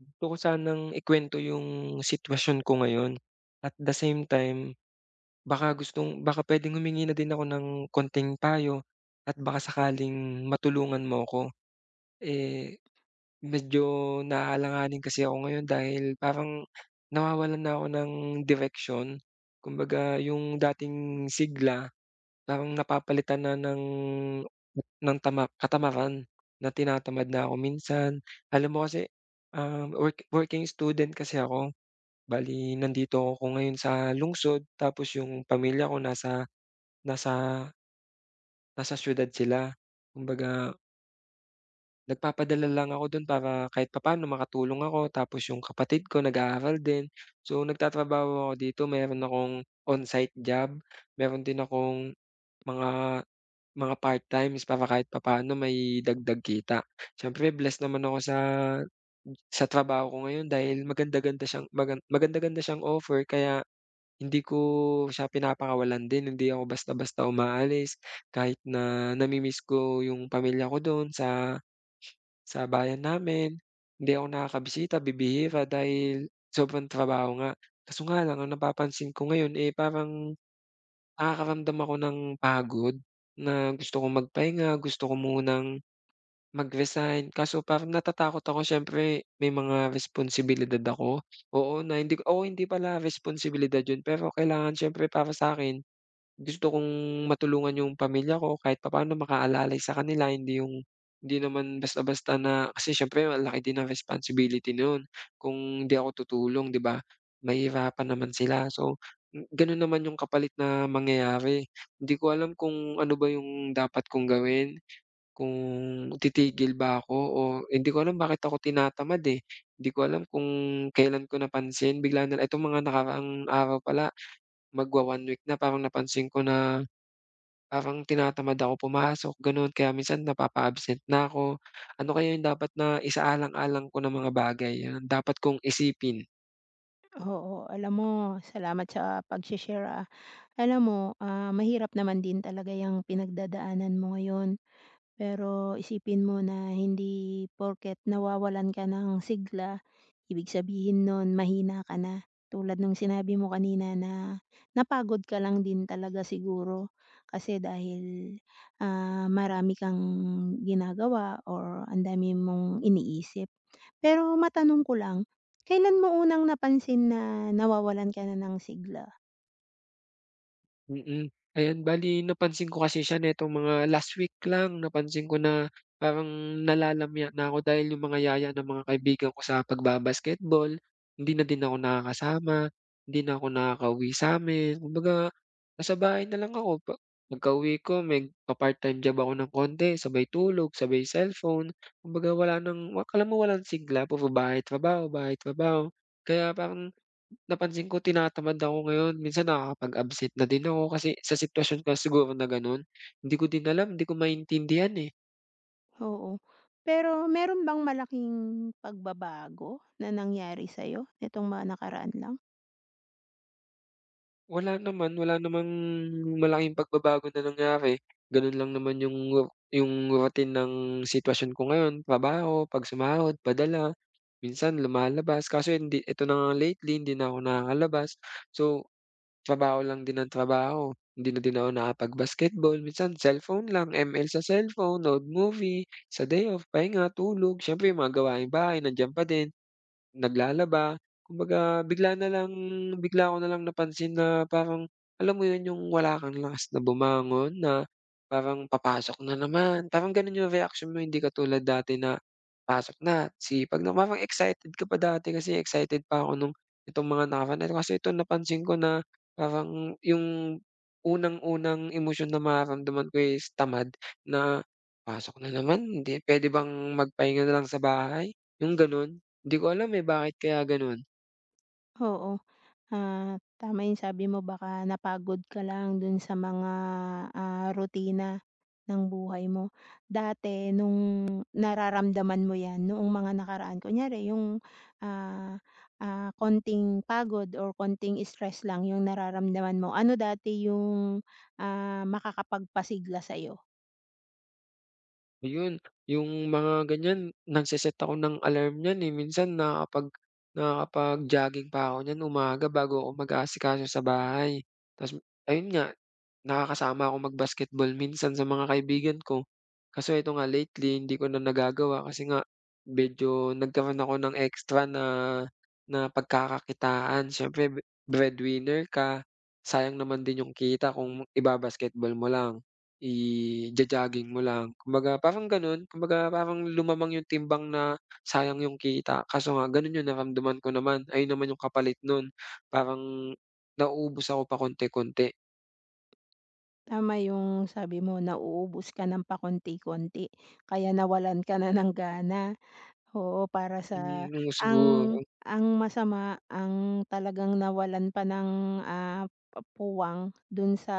Gusto ko sanang ikuwento yung sitwasyon ko ngayon, at the same time baka puwedeng humingi na din ako ng konting payo at baka sakaling matulungan mo ako. Eh, medyo naalanganin kasi ako ngayon dahil parang nawawalan na ako ng direksyon. Kumbaga, yung dating sigla parang napapalitan na ng tama katamaran, na tinatamad na ako minsan. Alam mo kasi, working student kasi ako, bali nandito ako ngayon sa lungsod, tapos yung pamilya ko nasa nasa nasa siyudad sila. Kumbaga, nagpapadala lang ako don para kahit papaano makatulong ako, tapos yung kapatid ko nag-aaral din. So nagtatrabaho ako dito, meron akong on-site job, meron din akong mga mga part-times para kahit papaano may dagdag kita. Siyempre blessed naman ako sa trabaho ko ngayon dahil maganda-ganda siyang offer, kaya hindi ko siya pinapakawalan din, hindi ako basta-basta umaalis kahit na nami-miss ko yung pamilya ko do'n sa bayan namin. Hindi ako nakakabisita, bibihira dahil sobrang trabaho nga. Kaso nga lang ang napapansin ko ngayon, eh, parang nakakaramdam ako ng pagod, na gusto kong magpahinga, gusto ko munang mag-resign, kaso parang natatakot ako, siyempre may mga responsibilidad ako, oo, na hindi ko, oo, hindi pala responsibilidad yun pero kailangan siyempre, para sa'kin gusto kong matulungan yung pamilya ko, kahit papaano makaalalay sa kanila, hindi yung hindi naman basta-basta na, kasi siyempre ang laki din ng responsibility nun, kung hindi ako tutulong, 'di ba, mahihirapan naman sila, so ganon naman yung kapalit na mangyayari. Hindi ko alam kung ano ba yung dapat kong gawin. Kung titigil ba ako o, hindi ko alam bakit ako tinatamad, eh. Hindi ko alam kung kailan ko napansin, bigla na itong mga nakaraang araw pala, magwa-one week na parang napansin ko na parang tinatamad ako pumasok gano'n, kaya minsan napapa-absent na ako. Ano kaya yung dapat na isaalang-alang ko na mga bagay, dapat kong isipin? Oo, alam mo, salamat sa pag share. Alam mo, mahirap naman din talaga yung pinagdadaanan mo ngayon. Pero isipin mo na hindi porket nawawalan ka ng sigla, ibig sabihin no'n mahina ka na. Tulad nung sinabi mo kanina na napagod ka lang din talaga siguro kasi dahil, marami kang ginagawa or ang dami mong iniisip. Pero matanong ko lang, kailan mo unang napansin na nawawalan ka na ng sigla? Mm. Ayan, bali napansin ko kasi siya nitong mga last week lang, napansin ko na parang nalalamya na ako, dahil yung mga yaya ng mga kaibigan ko sa pagba-basketball, hindi na din ako nakakasama, hindi na ako nakakauwi sa'min. Kumbaga, nasa bahay na lang ako pagkauwi ko, magpa-part-time job ako ng konti, sabay tulog, sabay cellphone. Kumbaga, wala ng wa alam mo, walang sigla, puro bahay, trabaho, bahay, trabaho. Kaya parang napansin ko tinatamad ako ngayon, minsan nakakapag-absent na din ako, kasi sa sitwasyon ko siguro na gano'n, hindi ko din alam, hindi ko maintindihan, eh. Oo, pero meron bang malaking pagbabago na nangyari sa'yo nitong mga nakaraan lang? Wala naman, wala namang malaking pagbabago na nangyari, gano'n lang naman yung routine ng sitwasyon ko ngayon, trabaho, 'pag sumahod, padala, minsan lumalabas, kaso hindi, ito na nga lately hindi na ako nakakalabas. So trabaho lang din ng trabaho, hindi na din ako nakapag-basketball, minsan cellphone lang, ML sa cellphone, nood movie, sa day off, pahinga, tulog, siyempre yung mga gawaing bahay nandiyan pa din. Naglalaba, kumbaga bigla na lang, bigla ko na lang napansin na parang, alam mo 'yun, yung wala kang lakas na bumangon, na parang papasok na naman, parang gano'n yung reaksyon mo, hindi ka katulad dati na pasok na, sipag na, parang excited ka pa. Dati kasi excited pa ako nung itong mga nakaraan na 'to, kasi ito napansin ko na parang yung unang-unang emosyon na mararamdaman ko is tamad na: "Pasok na naman, hindi pwede bang magpahinga na lang sa bahay?" Yung gano'n. Hindi ko alam, eh, bakit kaya gano'n. Oo. Ah, tama yung sabi mo baka napagod ka lang dun sa mga, rutina ng buhay mo. Dati nung nararamdaman mo 'yan noong mga nakaraan kunyari yung, ah, konting pagod or konting stress lang yung nararamdaman mo, ano dati yung, makakapagpasigla sa'yo? Ayun, yung mga ganyan, nagse ako ng alarm niyan, eh, minsan nakakapag-jogging pa ako niyan umaga bago ako mag-aasikaso sa bahay. Ta's, ayun nga, nakakasama ako mag-basketball minsan sa mga kaibigan ko. Kaso eto nga lately hindi ko na nagagawa kasi nga medyo nagkaroon ako ng extra na na pagkakakitaan. Siyempre breadwinner ka, sayang naman din yung kita kung iba-basketball mo lang, ija-jogging mo lang. Kumbaga parang gano'n, kumbaga parang lumamang yung timbang na sayang yung kita. Kaso nga gano'n yung naramdaman ko naman, ayun naman yung kapalit nun. Parang nauubos ako pakonti-konti. Tama yung sabi mo nauubos ka ng pakonti-konti kaya nawalan ka na ng gana. Oo, para sa Hmm, oo, ang siguro ang masama, ang talagang nawalan pa ng, pa puwang dun sa,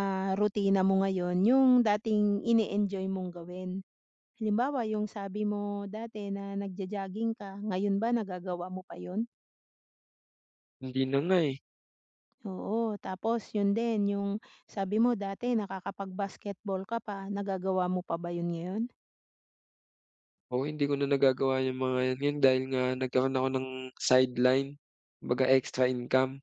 rutina mo ngayon, yung dating ini-enjoy mong gawin. Halimbawa, yung sabi mo dati na nagjo-jogging ka, ngayon ba nagagawa mo pa yon? hindi na nga, eh. Oo, tapos yun din, yung sabi mo dati nakakapag-basketball ka pa, nagagawa mo pa ba yun ngayon? Oo, hindi ko na nagagawa yung mga 'yan ngayon dahil nga nagkaroon ako ng sideline, kumbaga extra income.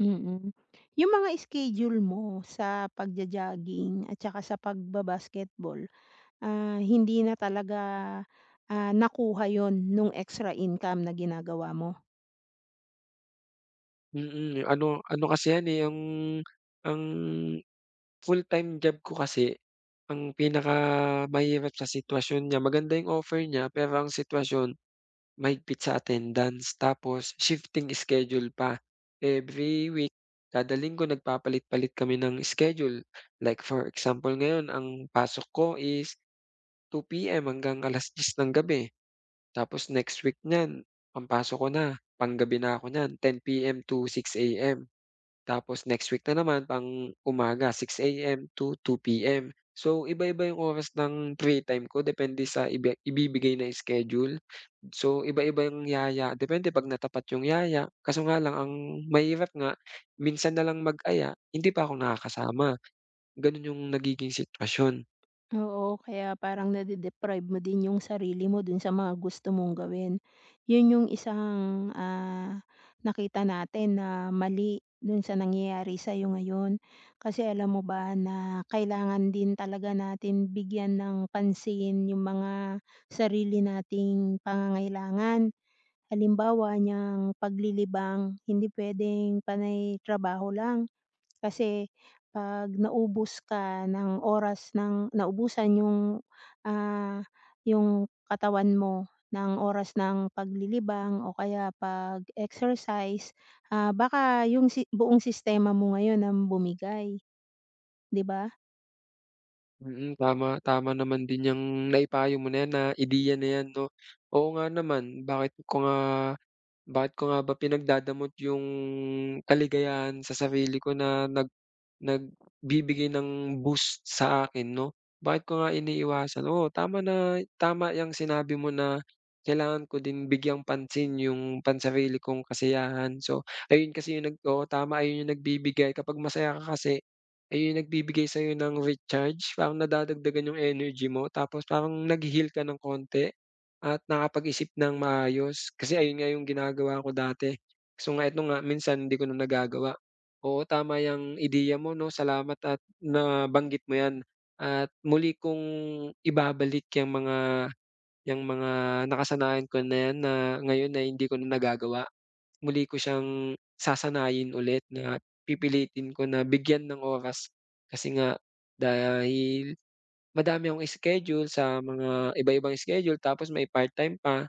Mm. Yung mga schedule mo sa pagjo-jogging at saka sa pagba-basketball, hindi na talaga, nakuha yun nung extra income na ginagawa mo? Ano ano kasi 'yan, eh, ang full-time job ko kasi ang pinakamahirap sa sitwasyon niya, maganda yung offer niya pero ang sitwasyon mahigpit sa attendance, tapos shifting schedule pa. Every week, kada linggo nagpapalit-palit kami ng schedule. Like for example ngayon ang pasok ko is 2 PM hanggang 10:00 ng gabi. Tapos next week niyan, pampasok ko na, panggabi na ako niyan, 10 PM to 6 AM. Tapos next week na naman pang-umaga, 6 AM to 2 PM. So, iba-iba yung oras ng free time ko depende sa ibibigay na schedule. So, iba-iba yung yaya, depende 'pag natapat yung yaya. Kaso nga lang ang mahirap nga, minsan na lang mag-aya, hindi pa ako nakakasama, gano'n yung nagiging sitwasyon. Oo, kaya parang nade-deprive mo din yung sarili mo dun sa mga gusto mong gawin. Yun yung isang, nakita natin na mali dun sa nangyayari sa'yo ngayon. Kasi alam mo ba na kailangan din talaga natin bigyan ng pansin yung mga sarili nating pangangailangan. Halimbawa, niyang paglilibang, hindi puwedeng panay trabaho lang. Kasi 'pag naubos ka ng oras ng naubusan yung, ah, yung katawan mo ng oras ng paglilibang o kaya pag-exercise, baka yung si buong sistema mo ngayon ang bumigay, 'di ba? Mm, tama. Tama naman din yang naipayo mo na yan, na ideya na yan, 'no. Oo nga naman, bakit ko nga ba pinagdadamot yung kaligayahan sa sarili ko na nagbibigay ng boost sa akin, 'no? Bakit ko nga iniiwasan? Oo, tama na tama yang sinabi mo na kailangan ko din bigyang pansin yung pansarili kong kasiyahan. So, ayun kasi yung nag oo, tama, ayun yung nagbibigay kapag masaya ka kasi, ayun yung nagbibigay sa'yo ng recharge, parang nadadagdagan yung energy mo tapos parang naghi-heal ka ng konti. At nakapag-isip ng maayos, kasi ayun nga yung ginagawa ko dati. So nga ito nga minsan hindi ko na nagagawa. Oo, tama yung ideya mo, 'no, salamat at nabanggit mo 'yan, at muli kong ibabalik yung mga nakasanayan ko na 'yan na ngayon na hindi ko na nagagawa. Muli ko siyang sasanayin ulit, na pipilitin ko na bigyan ng oras kasi nga, dahil madami akong schedule, sa mga iba-ibang schedule tapos may part-time pa.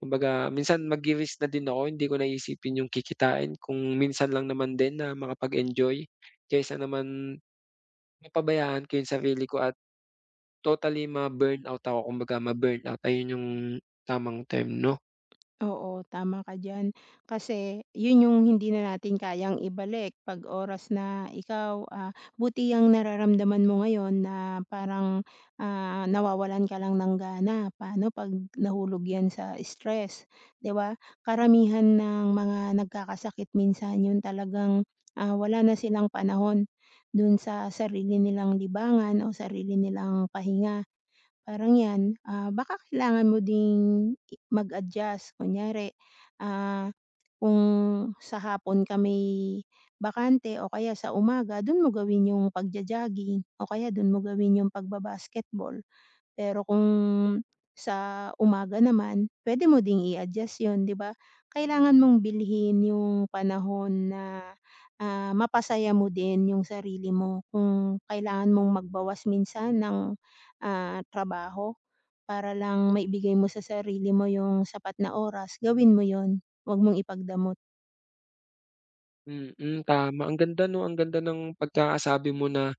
Kumbaga minsan magri-risk na din ako, hindi ko na iisipin yung kikitain kung minsan lang naman din na makapag-enjoy, kaysa naman mapabayaan ko yung sarili ko at totally ma-burnout ako, kumbaga ma-burnout, ayun yung tamang term, 'no? Oo, tama ka diyan. Kasi 'yun yung hindi na natin kayang ibalik 'pag oras na ikaw, buti yang nararamdaman mo ngayon na parang, nawawalan ka lang ng gana. Paano 'pag nahulog 'yan sa stress, 'di ba? Karamihan ng mga nagkakasakit minsan 'yun talagang, wala na silang panahon dun sa sarili nilang libangan o sarili nilang pahinga. Parang 'yan, baka kailangan mo ding mag-adjust. Kunyari, ah, kung sa hapon ka may bakante o kaya sa umaga, do'n mo gawin yung pagjo-jogging o kaya do'n mo gawin yung pagba-basketball. Pero kung sa umaga naman, pwede mo ding i-adjust 'yun, 'di ba? Kailangan mong bilhin yung panahon na, mapasaya mo din yung sarili mo. Kung kailangan mong magbawas minsan ng, trabaho para lang maibigay mo sa sarili mo yung sapat na oras, gawin mo 'yun. Huwag mong ipagdamot. Mm, mm, tama, ang ganda, 'no, ang ganda ng pagkakasabi mo na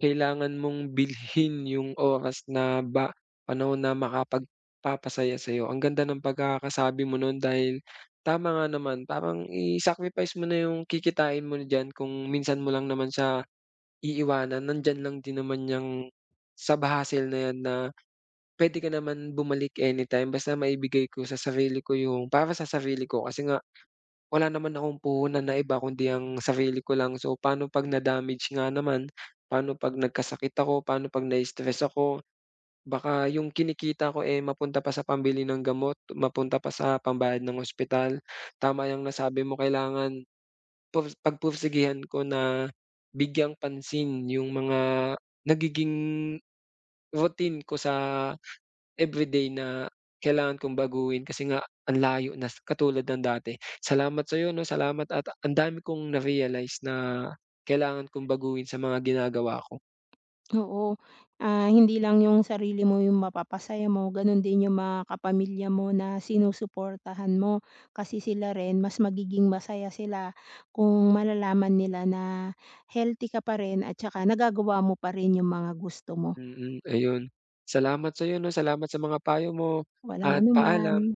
kailangan mong bilhin yung oras na ba panahon na makapagpapasaya sa'yo. Ang ganda ng pagkakasabi mo nun dahil tama nga naman, parang i-sacrifice mo na yung kikitain mo diyan kung minsan mo lang naman siya iiwanan, nandiyan lang din naman yang sub hustle na yan, na puwede ka naman bumalik anytime basta maibigay ko sa sarili ko yung para sa sarili ko, kasi nga wala naman akong puhunan na iba kundi ang sarili ko lang. So, paano 'pag na-damage nga naman, paano 'pag nagkasakit ako, paano 'pag na-stress ako, baka yung kinikita ko, eh, mapunta pa sa pambili ng gamot, mapunta pa sa pambayad ng ospital. Tama yang nasabi mo, kailangan pagpursigihan ko na bigyang pansin yung mga nagiging routine ko sa everyday na kailangan kong baguhin, kasi nga ang layo na katulad ng dati. Salamat sa'yo, 'no, salamat at ang dami kong na-realize na kailangan kong baguhin sa mga ginagawa ko. Oo, hindi lang yung sarili mo yung mapapasaya mo, ganun din yung mga kapamilya mo na sinusuportahan mo. Kasi sila rin mas magiging masaya sila kung malalaman nila na healthy ka pa rin at saka nagagawa mo pa rin yung mga gusto mo. Mm, mm, ayun. Salamat sa'yo, 'no, salamat sa mga payo mo Walang at anuman. paalam.